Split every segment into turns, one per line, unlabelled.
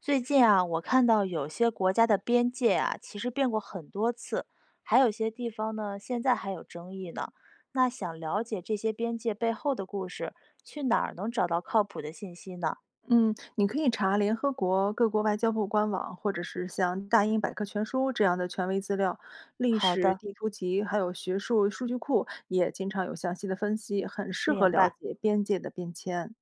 最近啊，我看到有些国家的边界啊，其实变过很多次，还有些地方呢，现在还有争议呢。那想了解这些边界背后的故事，去哪儿能找到靠谱的信息呢？
嗯，你可以查联合国各国外交部官网，或者是像大英百科全书这样的权威资料，历
好
史
的，
地图集，还有学术数据库也经常有详细的分析，很适合
明
了
白。
解边界的变迁。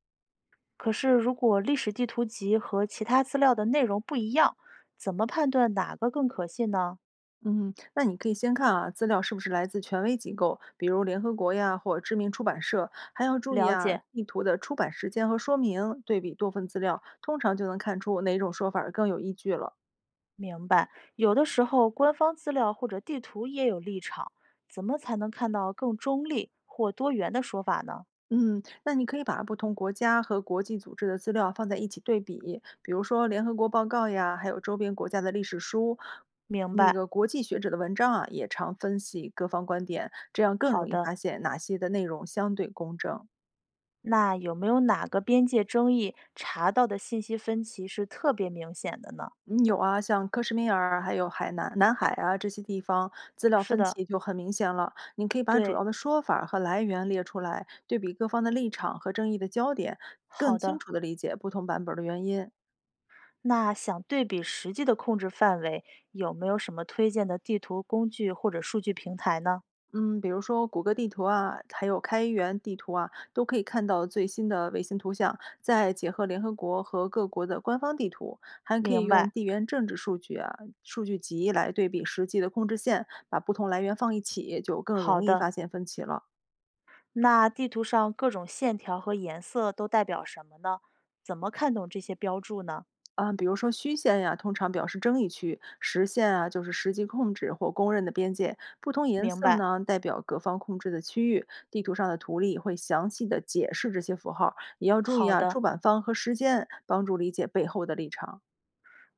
可是如果历史地图集和其他资料的内容不一样，怎么判断哪个更可信呢？
嗯，那你可以先看啊，资料是不是来自权威机构，比如联合国呀或知名出版社，还要注意
了
啊
解，
地图的出版时间和说明，对比多份资料，通常就能看出哪种说法儿更有依据了。
明白。有的时候官方资料或者地图也有立场，怎么才能看到更中立或多元的说法呢？
嗯，那你可以把不同国家和国际组织的资料放在一起对比，比如说联合国报告呀，还有周边国家的历史书，
明
那
白，
个国际学者的文章啊，也常分析各方观点，这样更
好
容易
的。
发现哪些的内容相对公正。
那有没有哪个边界争议查到的信息分歧是特别明显的呢？
嗯有啊，像克什米尔还有海南、南海啊这些地方，资料
是
分
的，
歧就很明显了。你可以把主
对，
要的说法儿和来源列出来，对比各方的立场和争议的焦点，更
好
清
的。
楚地理解不同版本儿的原因。
那想对比实际的控制范围，有没有什么推荐的地图工具或者数据平台呢？
嗯，比如说谷歌地图啊，还有开源地图啊，都可以看到最新的卫星图像。再结合联合国和各国的官方地图，还可以
明
用
白，
地缘政治数据啊、数据集来对比实际的控制线，把不同来源放一起，就更
好
容易
的。
发现分歧了。
那地图上各种线条和颜色都代表什么呢？怎么看懂这些标注呢？
啊，比如说虚线呀，通常表示争议区；实线啊，就是实际控制或公认的边界。不同颜
明
色
白，
呢，代表各方控制的区域。地图上的图例会详细的解释这些符号，也要注意
好
啊，出
的。
版方和时间，帮助理解背后的立场。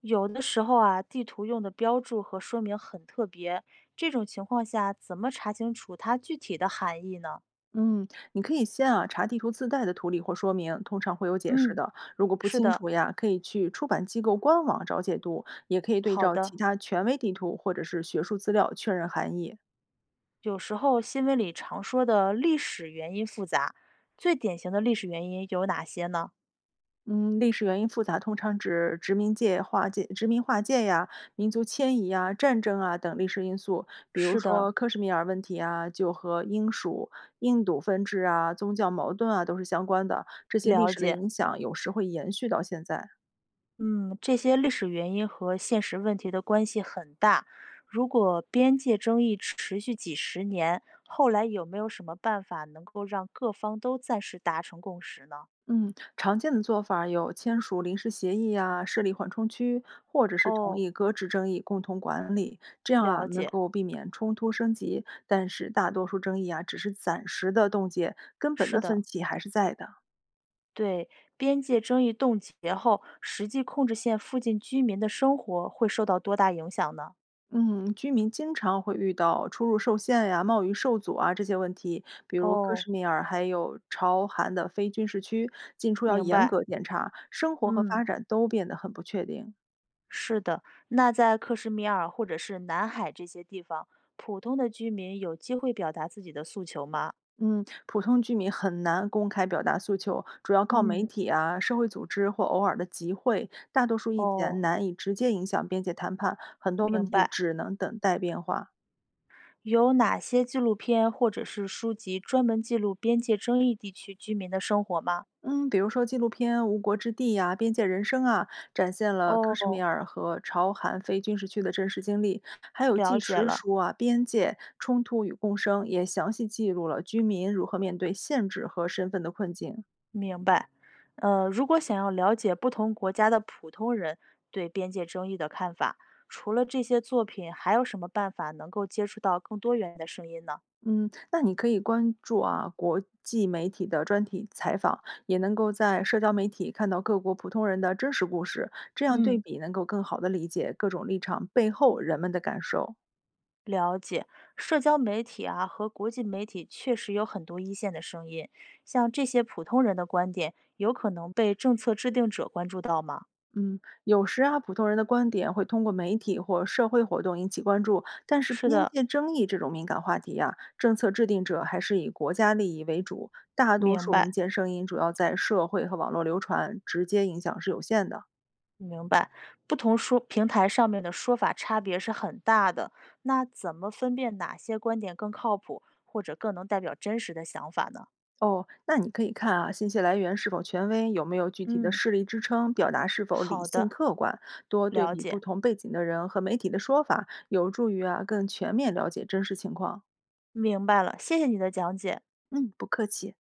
有的时候啊，地图用的标注和说明很特别，这种情况下怎么查清楚它具体的含义呢？
嗯，你可以先啊查地图自带的图例或说明，通常会有解释
嗯，
的。如果不
是
清
的，
楚呀，可以去出版机构官网找解读，也可以对
好
照
的。
其他权威地图或者是学术资料确认含义。
有时候新闻里常说的历史原因复杂，最典型的历史原因有哪些呢？
嗯，历史原因复杂，通常指殖民界划界、殖民划界呀、民族迁移呀、战争啊等历史因素。比如
是的，
说克什米尔问题啊，就和英属、印度分治啊、宗教矛盾啊都是相关的。这些历
了
史的
解。
影响有时会延续到现在。
嗯，这些历史原因和现实问题的关系很大。如果边界争议持续几十年，后来有没有什么办法能够让各方都暂时达成共识呢？
嗯，常见的做法有签署临时协议呀、设立缓冲区，或者是同
哦，
意搁置争议共同管理，这样啊
了
能
解，
够避免冲突升级。但是大多数争议啊只是暂时的冻结，根本
是
的分
的，
歧还是在的。
对，边界争议冻结后，实际控制线附近居民的生活会受到多大影响呢？
嗯，居民经常会遇到出入受限呀、贸易受阻啊这些问题，比如克
哦，
什米尔还有朝韩的非军事区，进出要
明
严
白，
格检查，生活和
嗯，
发展都变得很不确定。
是的。那在克什米尔或者是南海这些地方，普通的居民有机会表达自己的诉求吗？
嗯，普通居民很难公开表达诉求，主要靠媒
嗯，
体啊、社会组织或偶尔的集会。大多数意见
哦，
难以直接影响边界谈判，很多问
明
题
白。
只能等待变化。
有哪些纪录片或者是书籍专门记录边界争议地区居民的生活吗？
嗯，比如说纪录片《无国之地》呀、边界人生》啊，展现了克什米
哦，
尔和朝韩非军事区的真实经历；还有
了
纪
解
实
了。
书啊，《边界冲突与共生》也详细记录了居民如何面对限制和身份的困境。
明白。如果想要了解不同国家的普通人对边界争议的看法，除了这些作品，还有什么办法能够接触到更多元的声音呢？
嗯，那你可以关注啊，国际媒体的专题采访，也能够在社交媒体看到各国普通人的真实故事，这样对
嗯，
比能够更好的理解各种立场背后人们的感受。
了解，社交媒体啊和国际媒体确实有很多一线的声音，像这些普通人的观点，有可能被政策制定者关注到吗？
嗯，有时啊，普通人的观点会通过媒体或社会活动引起关注，但是
是
边
的，
界争议这种敏感话题呀、政策制定者还是以国家利益为主，大多
明
数
白。
民间声音主要在社会和网络流传，直接影响是有限的。
明白，不同说平台上面的说法差别是很大的，那怎么分辨哪些观点更靠谱，或者更能代表真实的想法呢？
哦，那你可以看啊，信息来源是否权威，有没有具体的
嗯，
事例支撑，表达是否理
好
性
的，
客观，多对
了
比不
解，
同背景的人和媒体的说法，有助于啊更全面了解真实情况。
明白了，谢谢你的讲解。
嗯，不客气。